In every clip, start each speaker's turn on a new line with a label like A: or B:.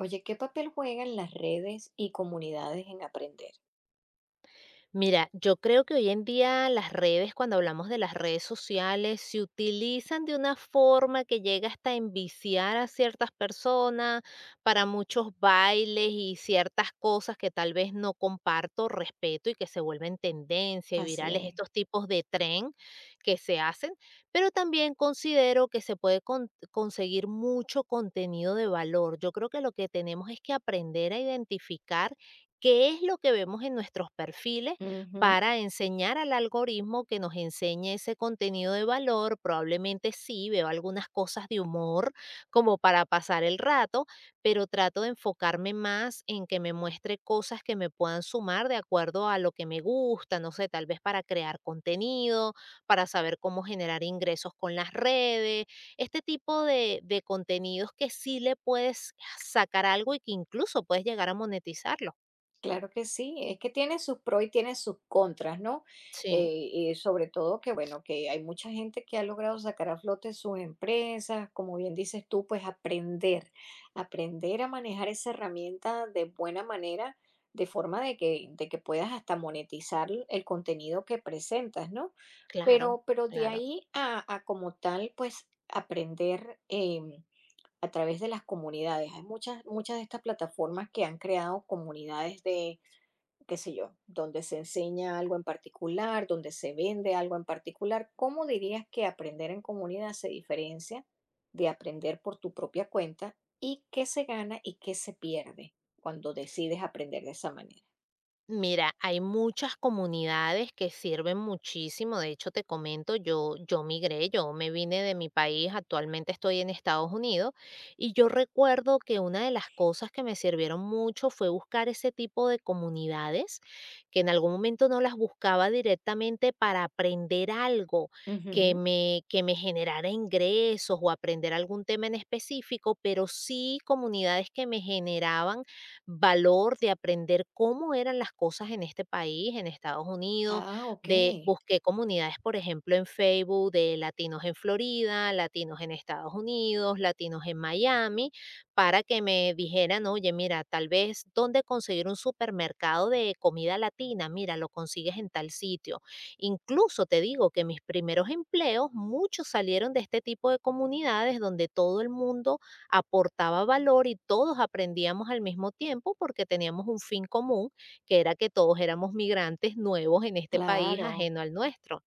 A: Oye, ¿qué papel juegan las redes y comunidades en aprender?
B: Mira, yo creo que hoy en día las redes, cuando hablamos de las redes sociales, se utilizan de una forma que llega hasta enviciar a ciertas personas para muchos bailes y ciertas cosas que tal vez no comparto, respeto y que se vuelven tendencia y
A: Así
B: virales
A: es.
B: estos tipos de tren que se hacen, pero también considero que se puede conseguir mucho contenido de valor. Yo creo que lo que tenemos es que aprender a identificar qué es lo que vemos en nuestros perfiles
A: Ujú.
B: para enseñar al algoritmo que nos enseñe ese contenido de valor. Probablemente sí, veo algunas cosas de humor como para pasar el rato, pero trato de enfocarme más en que me muestre cosas que me puedan sumar de acuerdo a lo que me gusta, no sé, tal vez para crear contenido, para saber cómo generar ingresos con las redes, este tipo de contenidos que sí le puedes sacar algo y que incluso puedes llegar a monetizarlo.
A: Claro que sí, es que tiene sus pros y tiene sus contras, ¿no?
B: Sí,
A: Sobre todo que, bueno, que hay mucha gente que ha logrado sacar a flote sus empresas, como bien dices tú, pues aprender a manejar esa herramienta de buena manera, de forma de que puedas hasta monetizar el contenido que presentas, ¿no?
B: claro,
A: Pero de
B: claro.
A: ahí a como tal, pues aprender a través de las comunidades. Hay muchas de estas plataformas que han creado comunidades de qué sé yo, donde se enseña algo en particular, donde se vende algo en particular. ¿Cómo dirías que aprender en comunidad se diferencia de aprender por tu propia cuenta y qué se gana y qué se pierde cuando decides aprender de esa manera?
B: Mira, hay muchas comunidades que sirven muchísimo. De hecho, te comento, yo migré, yo me vine de mi país, actualmente estoy en Estados Unidos, y yo recuerdo que una de las cosas que me sirvieron mucho fue buscar ese tipo de comunidades, que en algún momento no las buscaba directamente para aprender algo que
A: Ujú.
B: me, que me generara ingresos o aprender algún tema en específico, pero sí comunidades que me generaban valor de aprender cómo eran las cosas en este país, en Estados Unidos,
A: Ah, ok,
B: de busqué comunidades, por ejemplo, en Facebook de latinos en Florida, latinos en Estados Unidos, latinos en Miami, para que me dijeran, oye, mira, tal vez dónde conseguir un supermercado de comida latina, mira, lo consigues en tal sitio. Incluso te digo que mis primeros empleos, muchos salieron de este tipo de comunidades donde todo el mundo aportaba valor y todos aprendíamos al mismo tiempo porque teníamos un fin común, que era que todos éramos migrantes nuevos en este país
A: claro.
B: ajeno al nuestro.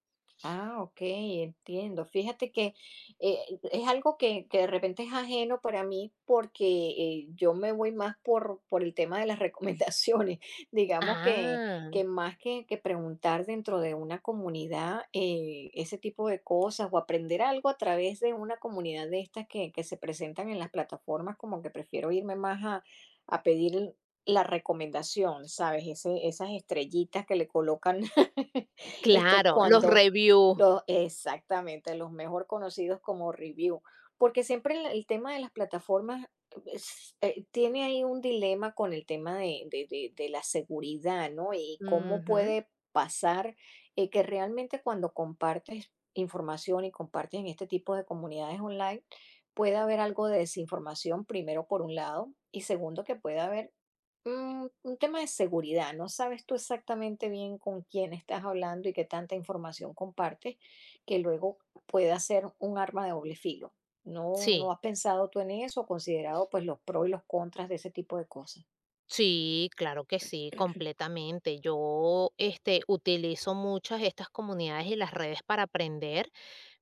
A: Ah, ok, entiendo. Fíjate que es algo que de repente es ajeno para mí porque yo me voy más por el tema de las recomendaciones. Digamos
B: Ah,
A: que más que preguntar dentro de una comunidad ese tipo de cosas o aprender algo a través de una comunidad de estas que se presentan en las plataformas, como que prefiero irme más a pedir la recomendación, ¿sabes? Esas estrellitas que le colocan este,
B: claro, los
A: cuando
B: reviews.
A: los exactamente, los mejor conocidos como review, porque siempre el tema de las plataformas es, tiene ahí un dilema con el tema de la seguridad, ¿no? Y cómo
B: Ujú,
A: puede pasar, que realmente cuando compartes información y compartes en este tipo de comunidades online, puede haber algo de desinformación, primero, por un lado, y segundo, que puede haber, un tema de seguridad. No sabes tú exactamente bien con quién estás hablando y qué tanta información compartes, que luego pueda ser un arma de doble filo. ¿No
B: sí,
A: has pensado tú en eso, considerado pues los pros y los contras de ese tipo de cosas?
B: sí, claro que sí, completamente. Yo, este, utilizo muchas estas comunidades y las redes para aprender.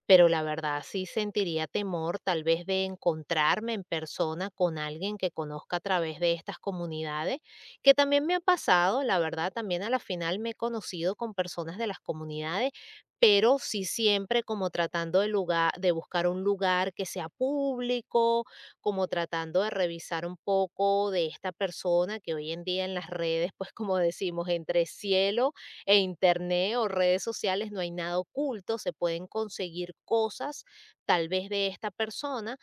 B: Pero la verdad sí sentiría temor tal vez de encontrarme en persona con alguien que conozca a través de estas comunidades, que también me ha pasado, la verdad, también a la final me he conocido con personas de las comunidades, pero sí siempre como tratando de lugar, de buscar un lugar que sea público, como tratando de revisar un poco de esta persona que hoy en día en las redes, pues como decimos, entre cielo e internet o redes sociales no hay nada oculto, se pueden conseguir cosas tal vez de esta persona,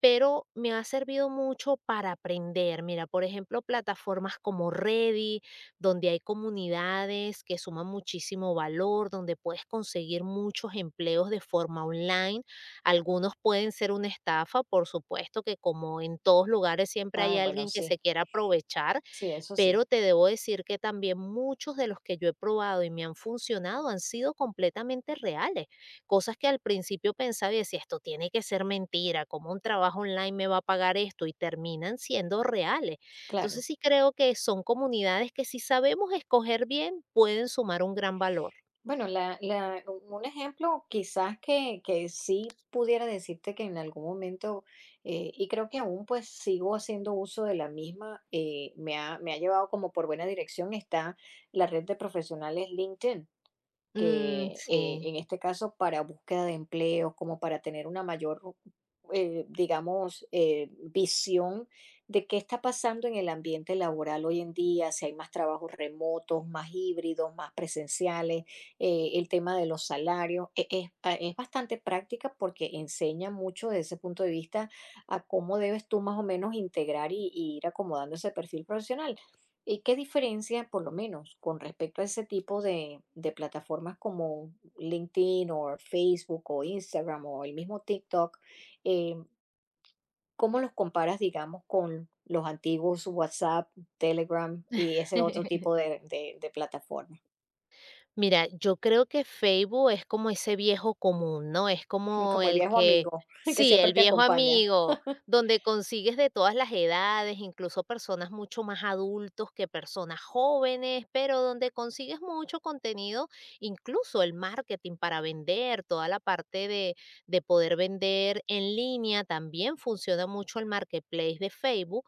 B: pero me ha servido mucho para aprender. Mira, por ejemplo, plataformas como Ready, donde hay comunidades que suman muchísimo valor, donde puedes conseguir muchos empleos de forma online. Algunos pueden ser una estafa, por supuesto que como en todos lugares siempre hay
A: Ah, bueno,
B: alguien que se
A: sí,
B: quiera aprovechar,
A: sí, eso sí,
B: pero te debo decir que también muchos de los que yo he probado y me han funcionado han sido completamente reales. Cosas que al principio pensaba y decía, esto tiene que ser mentira, ¿cómo un trabajo online me va a pagar esto? Y terminan siendo reales. Entonces
A: claro.
B: sí creo que son comunidades que si sabemos escoger bien pueden sumar un gran valor.
A: Bueno, la un ejemplo quizás que sí pudiera decirte que en algún momento, y creo que aún, pues, sigo haciendo uso de la misma, me ha llevado como por buena dirección, está la red de profesionales LinkedIn
B: Mm,
A: que
B: sí.
A: en este caso para búsqueda de empleo, como para tener una mayor, digamos, visión de qué está pasando en el ambiente laboral hoy en día, si hay más trabajos remotos, más híbridos, más presenciales, el tema de los salarios. Es bastante práctica porque enseña mucho desde ese punto de vista a cómo debes tú más o menos integrar y ir acomodando ese perfil profesional. ¿Y qué diferencia, por lo menos, con respecto a ese tipo de plataformas como LinkedIn o Facebook o Instagram o el mismo TikTok? eh, ¿Cómo los comparas, digamos, con los antiguos WhatsApp, Telegram y ese otro tipo de plataforma?
B: Mira, yo creo que Facebook es como ese viejo común, ¿no? Es como
A: Como el
B: el
A: viejo
B: que,
A: amigo que
B: sí, el
A: siempre te
B: viejo
A: acompaña.
B: amigo, donde consigues de todas las edades, incluso personas mucho más adultos que personas jóvenes, pero donde consigues mucho contenido, incluso el marketing para vender, toda la parte de poder vender en línea, también funciona mucho el marketplace de Facebook,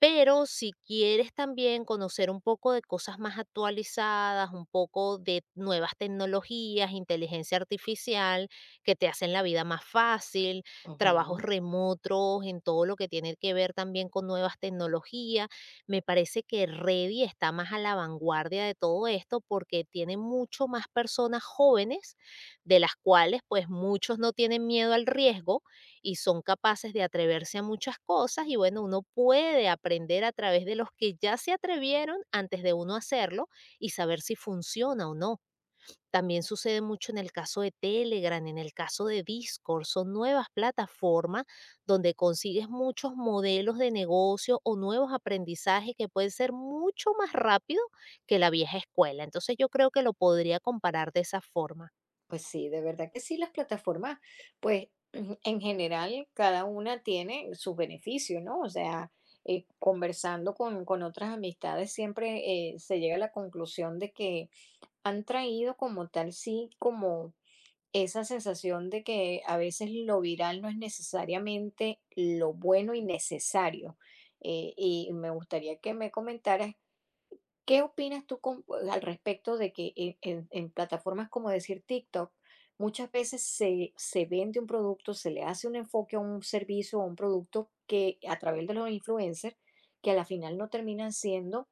B: pero si quieres también conocer un poco de cosas más actualizadas, un poco de nuevas tecnologías, inteligencia artificial, que te hacen la vida más fácil, trabajos
A: Ujú.
B: remotos, en todo lo que tiene que ver también con nuevas tecnologías, me parece que Ready está más a la vanguardia de todo esto porque tiene mucho más personas jóvenes, de las cuales pues muchos no tienen miedo al riesgo y son capaces de atreverse a muchas cosas y bueno, uno puede aprender a través de los que ya se atrevieron antes de uno hacerlo y saber si funciona o no. También sucede mucho en el caso de Telegram, en el caso de Discord, son nuevas plataformas donde consigues muchos modelos de negocio o nuevos aprendizajes que pueden ser mucho más rápido que la vieja escuela. Entonces yo creo que lo podría comparar de esa forma.
A: Pues sí, de verdad que sí, las plataformas, pues en general cada una tiene sus beneficios, ¿no? O sea, conversando con otras amistades siempre se llega a la conclusión de que han traído como tal, sí, como esa sensación de que a veces lo viral no es necesariamente lo bueno y necesario. Y me gustaría que me comentaras, ¿qué opinas tú pues, al respecto de que en plataformas como decir TikTok, muchas veces se vende un producto, se le hace un enfoque a un servicio o un producto que a través de los influencers, que a la final no terminan siendo,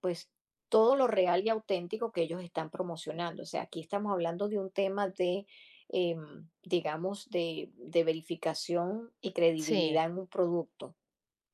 A: pues, todo lo real y auténtico que ellos están promocionando? O sea, aquí estamos hablando de un tema digamos, de verificación y
B: Sí.
A: credibilidad en un producto.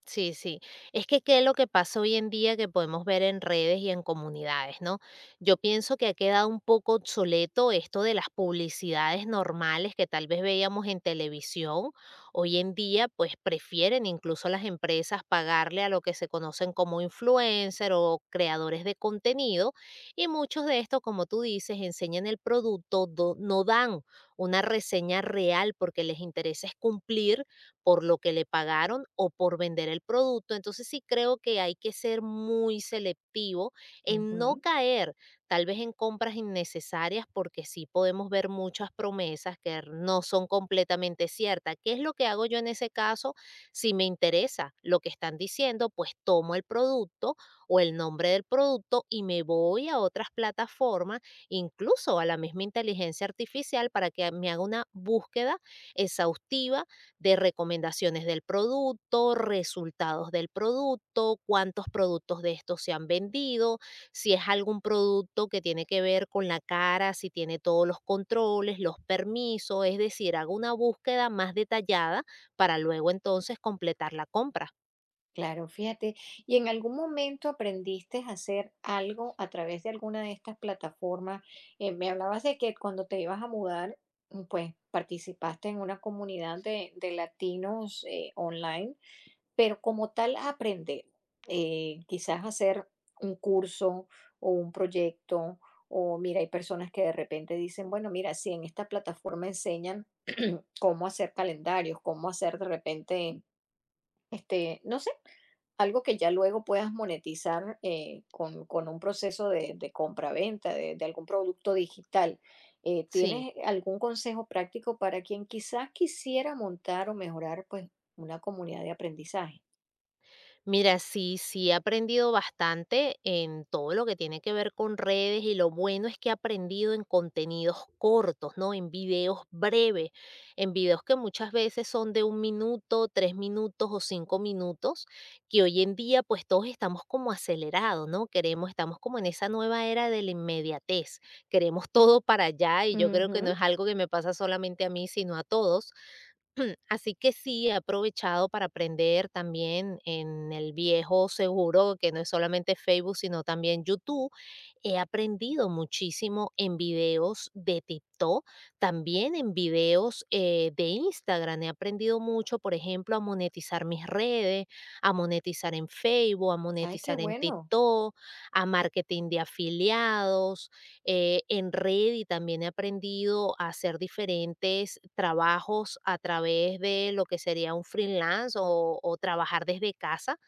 B: Sí, sí. Es que qué es lo que pasa hoy en día que podemos ver en redes y en comunidades, ¿no? Yo pienso que ha quedado un poco obsoleto esto de las publicidades normales que tal vez veíamos en televisión. Hoy en día, pues prefieren incluso las empresas pagarle a lo que se conocen como influencer o creadores de contenido y muchos de estos, como tú dices, enseñan el producto, no dan una reseña real porque les interesa es cumplir por lo que le pagaron o por vender el producto. Entonces sí creo que hay que ser muy selectivo en no caer tal vez en compras innecesarias porque sí podemos ver muchas promesas que no son completamente ciertas. ¿Qué es lo que hago yo en ese caso? Si me interesa lo que están diciendo, pues tomo el producto o el nombre del producto y me voy a otras plataformas, incluso a la misma inteligencia artificial, para que me haga una búsqueda exhaustiva de recomendaciones del producto, resultados del producto, cuántos productos de estos se han vendido, si es algún producto que tiene que ver con la cara, si tiene todos los controles, los permisos, es decir, hago una búsqueda más detallada para luego entonces completar la compra.
A: Claro, fíjate. ¿Y en algún momento aprendiste a hacer algo a través de alguna de estas plataformas? Me hablabas de que cuando te ibas a mudar, pues participaste en una comunidad de latinos online, pero como tal aprender, quizás hacer un curso o un proyecto, o mira, hay personas que de repente dicen, bueno, mira, si en esta plataforma enseñan cómo hacer calendarios, cómo hacer de repente, este, no sé, algo que ya luego puedas monetizar con un proceso de compra-venta de algún producto digital.
B: Sí.
A: ¿Tienes algún consejo práctico para quien quizás quisiera montar o mejorar, pues, una comunidad de aprendizaje?
B: Mira, sí, sí he aprendido bastante en todo lo que tiene que ver con redes y lo bueno es que he aprendido en contenidos cortos, ¿no? En videos breves, en videos que muchas veces son de 1 minuto, 3 minutos o 5 minutos, que hoy en día pues todos estamos como acelerados, ¿no? Queremos, estamos como en esa nueva era de la inmediatez, queremos todo para allá y yo creo que no
A: Ujú.
B: es algo que me pasa solamente a mí, sino a todos. Así que sí, he aprovechado para aprender también en el viejo seguro, que no es solamente Facebook, sino también YouTube. He aprendido muchísimo en videos de TikTok, también en videos de Instagram. He aprendido mucho, por ejemplo, a monetizar mis redes, a monetizar en Facebook, a
A: Ay,
B: monetizar en TikTok, a marketing de afiliados, en red y también he aprendido a hacer diferentes trabajos a través de lo que sería un freelance o trabajar desde casa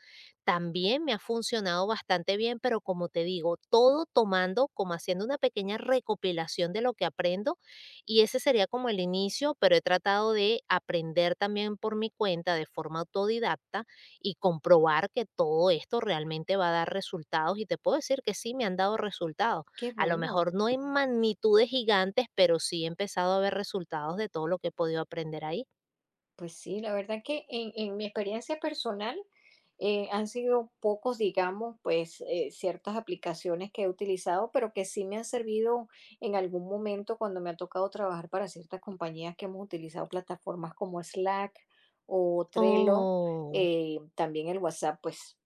B: también me ha funcionado bastante bien, pero como te digo, todo tomando, como haciendo una pequeña recopilación de lo que aprendo y ese sería como el inicio, pero he tratado de aprender también por mi cuenta de forma autodidacta y comprobar que todo esto realmente va a dar resultados y te puedo decir que sí me han dado resultados.
A: qué
B: A lo
A: bueno.
B: mejor no en magnitudes gigantes, pero sí he empezado a ver resultados de todo lo que he podido aprender ahí.
A: Pues sí, la verdad que en mi experiencia personal han sido pocos, digamos, pues ciertas aplicaciones que he utilizado, pero que sí me han servido en algún momento cuando me ha tocado trabajar para ciertas compañías que hemos utilizado plataformas como Slack o Trello,
B: Oh,
A: también el WhatsApp, pues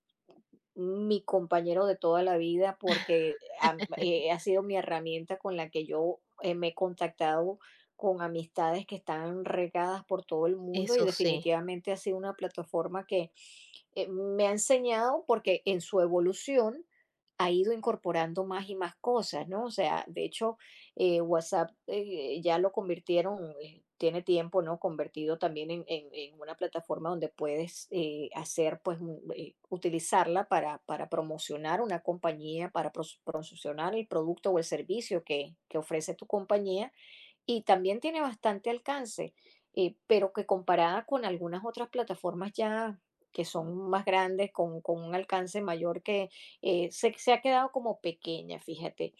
A: mi compañero de toda la vida porque ha sido mi herramienta con la que yo me he contactado con amistades que están regadas por todo el mundo y
B: eso sí.
A: definitivamente ha sido una plataforma que me ha enseñado porque en su evolución ha ido incorporando más y más cosas, ¿no? O sea, de hecho, WhatsApp ya lo convirtieron, tiene tiempo, ¿no? Convertido también en una plataforma donde puedes hacer, pues, utilizarla para promocionar una compañía, para promocionar el producto o el servicio que ofrece tu compañía, y también tiene bastante alcance, pero que comparada con algunas otras plataformas ya que son más grandes, con un alcance mayor que se ha quedado como pequeña, fíjate.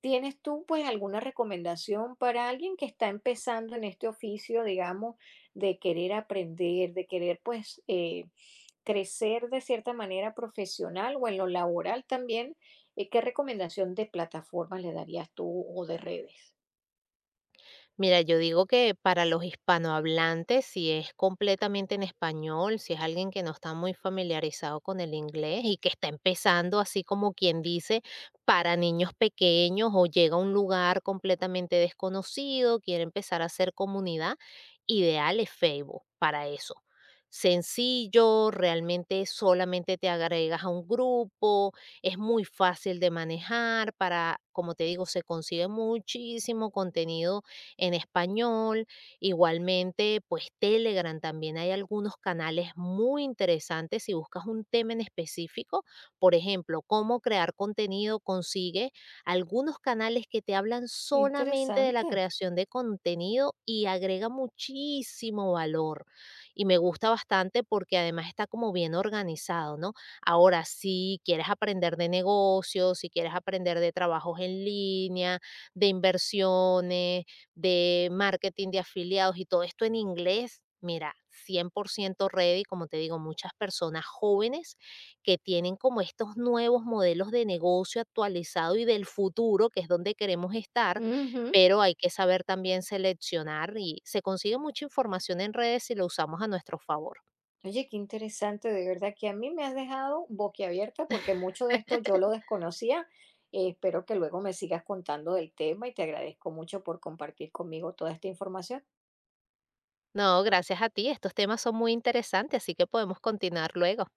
A: ¿Tienes tú, pues, alguna recomendación para alguien que está empezando en este oficio, digamos, de querer aprender, de querer pues crecer de cierta manera profesional o en lo laboral también? ¿Qué recomendación de plataformas le darías tú o de redes?
B: Mira, yo digo que para los hispanohablantes, si es completamente en español, si es alguien que no está muy familiarizado con el inglés y que está empezando así como quien dice, para niños pequeños o llega a un lugar completamente desconocido, quiere empezar a hacer comunidad, ideal es Facebook para eso. Sencillo, realmente solamente te agregas a un grupo, es muy fácil de manejar para, como te digo, se consigue muchísimo contenido en español. Igualmente, pues Telegram también hay algunos canales muy interesantes si buscas un tema en específico. Por ejemplo, cómo crear contenido, consigue algunos canales que te hablan
A: Qué
B: solamente de la
A: interesante.
B: creación de contenido y agrega muchísimo valor. Y me gusta bastante porque además está como bien organizado, ¿no? Ahora, si quieres aprender de negocios, si quieres aprender de trabajos en línea, de inversiones, de marketing de afiliados y todo esto en inglés. Mira, 100% ready, como te digo, muchas personas jóvenes que tienen como estos nuevos modelos de negocio actualizado y del futuro, que es donde queremos estar,
A: Ujú.
B: pero hay que saber también seleccionar y se consigue mucha información en redes si lo usamos a nuestro favor.
A: Oye, qué interesante, de verdad que a mí me has dejado boquiabierta porque mucho de esto yo lo desconocía. Espero que luego me sigas contando del tema y te agradezco mucho por compartir conmigo toda esta información.
B: No, gracias a ti, estos temas son muy interesantes, así que podemos continuar luego.